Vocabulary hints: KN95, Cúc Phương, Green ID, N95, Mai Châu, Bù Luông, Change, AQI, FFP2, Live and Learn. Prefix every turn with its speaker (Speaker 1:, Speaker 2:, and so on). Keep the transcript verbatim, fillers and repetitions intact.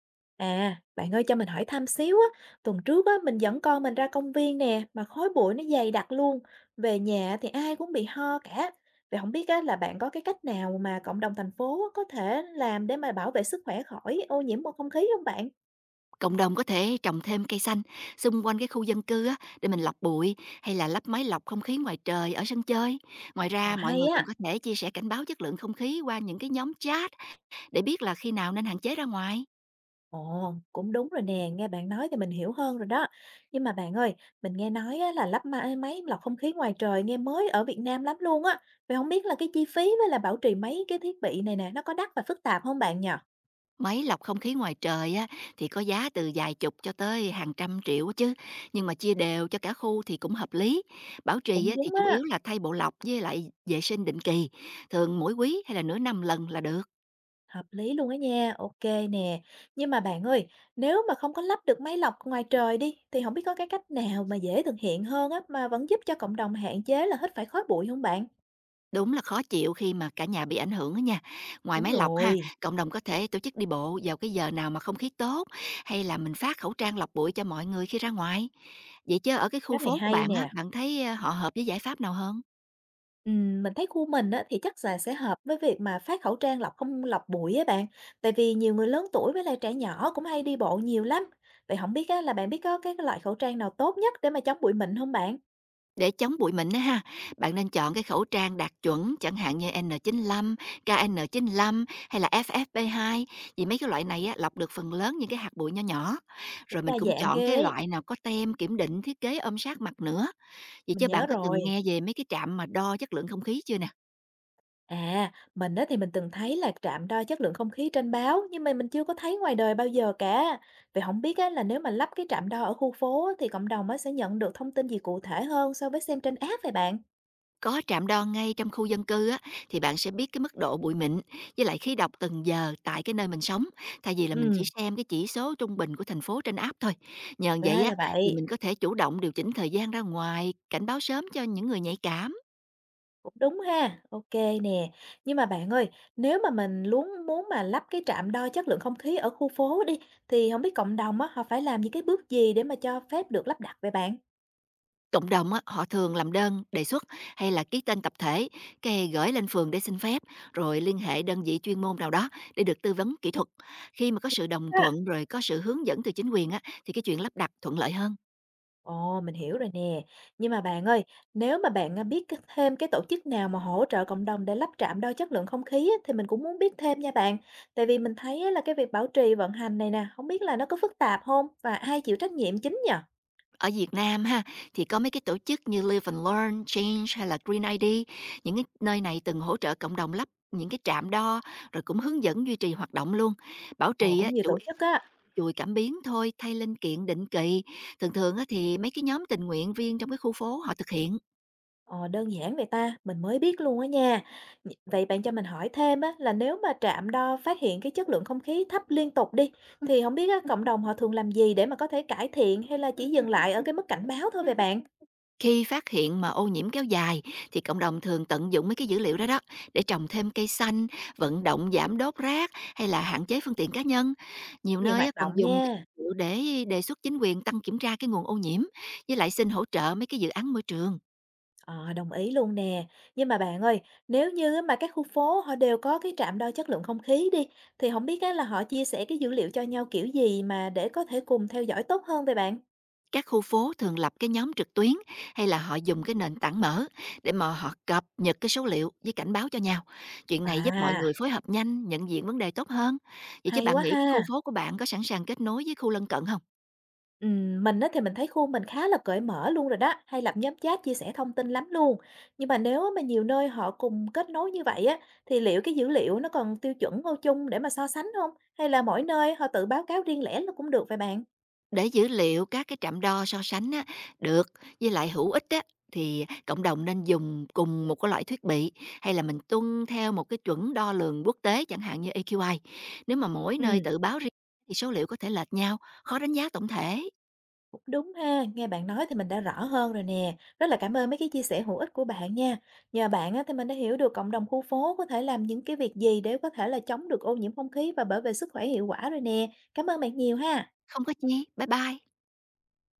Speaker 1: À, bạn ơi cho mình hỏi thăm xíu á, tuần trước á mình dẫn con mình ra công viên nè mà khói bụi nó dày đặc luôn. Về nhà thì ai cũng bị ho cả. Vậy không biết á là bạn có cái cách nào mà cộng đồng thành phố á, có thể làm để mà bảo vệ sức khỏe khỏi ô nhiễm bầu không khí không bạn?
Speaker 2: Cộng đồng có thể trồng thêm cây xanh xung quanh cái khu dân cư á, để mình lọc bụi hay là lắp máy lọc không khí ngoài trời ở sân chơi. Ngoài
Speaker 1: Ồ
Speaker 2: ra, mọi
Speaker 1: hay
Speaker 2: người còn
Speaker 1: á.
Speaker 2: có thể chia sẻ cảnh báo chất lượng không khí qua những cái nhóm chat để biết là khi nào nên hạn chế ra ngoài.
Speaker 1: Ồ, cũng đúng rồi nè, nghe bạn nói thì mình hiểu hơn rồi đó. Nhưng mà bạn ơi, mình nghe nói á, là lắp ma- máy lọc không khí ngoài trời nghe mới ở Việt Nam lắm luôn á. Vậy không biết là cái chi phí với là bảo trì mấy cái thiết bị này nè, nó có đắt và phức tạp không bạn nhỉ?
Speaker 2: Máy lọc không khí ngoài trời á, thì có giá từ vài chục cho tới hàng trăm triệu á chứ. Nhưng mà chia đều cho cả khu thì cũng hợp lý. Bảo trì
Speaker 1: Cũng
Speaker 2: á, thì
Speaker 1: đúng
Speaker 2: chủ
Speaker 1: á,
Speaker 2: yếu là thay bộ lọc với lại vệ sinh định kỳ. Thường mỗi quý hay là nửa năm lần là được.
Speaker 1: hợp lý luôn á nha, OK nè. Nhưng mà bạn ơi, nếu mà không có lắp được máy lọc ngoài trời đi, thì không biết có cái cách nào mà dễ thực hiện hơn á, mà vẫn giúp cho cộng đồng hạn chế là hít phải khói bụi không bạn?
Speaker 2: Đúng là khó chịu khi mà cả nhà bị ảnh hưởng đó nha. Ngoài
Speaker 1: Đúng
Speaker 2: máy lọc ha,
Speaker 1: rồi,
Speaker 2: cộng đồng có thể tổ chức đi bộ vào cái giờ nào mà không khí tốt hay là mình phát khẩu trang lọc bụi cho mọi người khi ra ngoài. Vậy chứ ở cái khu
Speaker 1: cách này
Speaker 2: phố của
Speaker 1: hay
Speaker 2: bạn á,
Speaker 1: nè.
Speaker 2: bạn thấy ờ, họ hợp với giải pháp nào hơn?
Speaker 1: Ừm, mình thấy khu mình á, thì chắc là sẽ hợp với việc mà phát khẩu trang lọc không lọc bụi á bạn, tại vì nhiều người lớn tuổi với lại trẻ nhỏ cũng hay đi bộ nhiều lắm. Vậy không biết á, là bạn biết có cái loại khẩu trang nào tốt nhất để mà chống bụi mịn không bạn?
Speaker 2: Để chống bụi mịn á ha, bạn nên chọn cái khẩu trang đạt chuẩn chẳng hạn như en chín năm, ca en chín năm hay là ép ép pê hai vì mấy cái loại này á, lọc được phần lớn những cái hạt bụi nhỏ nhỏ.
Speaker 1: Cũng
Speaker 2: Rồi
Speaker 1: đa
Speaker 2: mình cũng
Speaker 1: dạng
Speaker 2: chọn
Speaker 1: ghê
Speaker 2: cái
Speaker 1: ấy,
Speaker 2: loại nào có tem kiểm định thiết kế ôm sát mặt nữa. Vậy
Speaker 1: mình
Speaker 2: chứ
Speaker 1: nhớ
Speaker 2: bạn có
Speaker 1: rồi.
Speaker 2: từng nghe về mấy cái trạm mà đo chất lượng không khí chưa nè?
Speaker 1: À, mình đó thì mình từng thấy là trạm đo chất lượng không khí trên báo nhưng mà mình chưa có thấy ngoài đời bao giờ cả. Vậy không biết á là nếu mà lắp cái trạm đo ở khu phố á, thì cộng đồng á sẽ nhận được thông tin gì cụ thể hơn so với xem trên app vậy bạn?
Speaker 2: Có trạm đo ngay trong khu dân cư á, thì bạn sẽ biết cái mức độ bụi mịn với lại khí độc từng giờ tại cái nơi mình sống, thay vì là mình chỉ
Speaker 1: Ừ,
Speaker 2: xem cái chỉ số trung bình của thành phố trên app thôi. Nhờ vậy
Speaker 1: ra
Speaker 2: á,
Speaker 1: là
Speaker 2: thì
Speaker 1: vậy.
Speaker 2: mình có thể chủ động điều chỉnh thời gian ra ngoài, cảnh báo sớm cho những người nhạy cảm.
Speaker 1: Cũng đúng ha. OK nè. Nhưng mà bạn ơi, nếu mà mình muốn muốn mà lắp cái trạm đo chất lượng không khí ở khu phố đi thì không biết cộng đồng á họ phải làm những cái bước gì để mà cho phép được lắp đặt vậy bạn?
Speaker 2: Cộng đồng á, họ thường làm đơn, đề xuất hay là ký tên tập thể, cái gửi lên phường để xin phép, rồi liên hệ đơn vị chuyên môn nào đó để được tư vấn kỹ thuật. Khi mà có sự đồng thuận rồi có sự hướng dẫn từ chính quyền á, thì cái chuyện lắp đặt thuận lợi hơn.
Speaker 1: Ồ, mình hiểu rồi nè. Nhưng mà bạn ơi, nếu mà bạn à, biết cái- thêm cái tổ chức nào mà hỗ trợ cộng đồng để lắp trạm đo chất lượng không khí á, thì mình cũng muốn biết thêm nha bạn. Tại vì mình thấy á, là cái việc bảo trì vận hành này nè, không biết là nó có phức tạp không và ai chịu trách nhiệm chính nhờ?
Speaker 2: Ở Việt Nam ha thì có mấy cái tổ chức như Live and Learn, Change hay là Green ai đi. Những cái nơi này từng hỗ trợ cộng đồng lắp những cái trạm đo rồi cũng hướng dẫn duy trì hoạt động luôn. Bảo
Speaker 1: Ồ,
Speaker 2: trì á,
Speaker 1: cũng nhiều
Speaker 2: chủ
Speaker 1: tổ chức á.
Speaker 2: chùi cảm biến thôi, thay linh kiện định kỳ. Thường thường á thì mấy cái nhóm tình nguyện viên trong cái khu phố họ thực hiện.
Speaker 1: Ồ, đơn giản vậy ta, mình mới biết luôn á nha. Nh- Vậy bạn cho mình hỏi thêm á, là nếu mà trạm đo phát hiện cái chất lượng không khí thấp liên tục đi, thì không biết á, cộng đồng họ thường làm gì để mà có thể cải thiện hay là chỉ dừng lại ở cái mức cảnh báo thôi vậy bạn?
Speaker 2: Khi phát hiện mà ô nhiễm kéo dài thì cộng đồng thường tận dụng mấy cái dữ liệu đó đó để trồng thêm cây xanh, vận động giảm đốt rác hay là hạn chế phương tiện cá nhân. Nhiều
Speaker 1: Nhiều
Speaker 2: nơi
Speaker 1: hoạt
Speaker 2: á còn
Speaker 1: động
Speaker 2: dùng cái
Speaker 1: nha.
Speaker 2: dữ liệu để đề xuất chính quyền tăng kiểm tra cái nguồn ô nhiễm với lại xin hỗ trợ mấy cái dự án môi trường.
Speaker 1: Ờ, đồng ý luôn nè. Nhưng mà bạn ơi, nếu như á mà các khu phố họ đều có cái trạm đo chất lượng không khí đi, thì không biết á là họ chia sẻ cái dữ liệu cho nhau kiểu gì mà để có thể cùng theo dõi tốt hơn vậy bạn?
Speaker 2: Các khu phố thường lập cái nhóm trực tuyến hay là họ dùng cái nền tảng mở để mà họ cập nhật cái số liệu với cảnh báo cho nhau. Chuyện này giúp mọi
Speaker 1: À,
Speaker 2: người phối hợp nhanh, nhận diện vấn đề tốt hơn. Vậy chứ
Speaker 1: hay
Speaker 2: bạn
Speaker 1: quá
Speaker 2: nghĩ cái khu
Speaker 1: ha.
Speaker 2: phố của bạn có sẵn sàng kết nối với khu lân cận không?
Speaker 1: Ừm, mình á thì mình thấy khu mình khá là cởi mở luôn rồi đó, hay lập nhóm chat chia sẻ thông tin lắm luôn. Nhưng mà nếu á mà nhiều nơi họ cùng kết nối như vậy á, thì liệu cái dữ liệu nó còn tiêu chuẩn ô chung để mà so sánh không? Hay là mỗi nơi họ tự báo cáo riêng lẻ là cũng được vậy bạn?
Speaker 2: Để dữ liệu các cái trạm đo so sánh á, được với lại hữu ích á, thì cộng đồng nên dùng cùng một cái loại thiết bị hay là mình tuân theo một cái chuẩn đo lường quốc tế chẳng hạn như a quy ai. Nếu mà mỗi nơi
Speaker 1: Ừm.
Speaker 2: tự báo riêng thì số liệu có thể lệch nhau, khó đánh giá tổng thể.
Speaker 1: Cũng đúng ha, nghe bạn nói thì mình đã rõ hơn rồi nè. Rất là cảm ơn mấy cái chia sẻ hữu ích của bạn nha. Nhờ bạn á, thì mình đã hiểu được cộng đồng khu phố có thể làm những cái việc gì để có thể là chống được ô nhiễm không khí và bảo vệ sức khỏe hiệu quả rồi nè. Cảm ơn bạn nhiều ha.
Speaker 2: Không có chi, bye bye.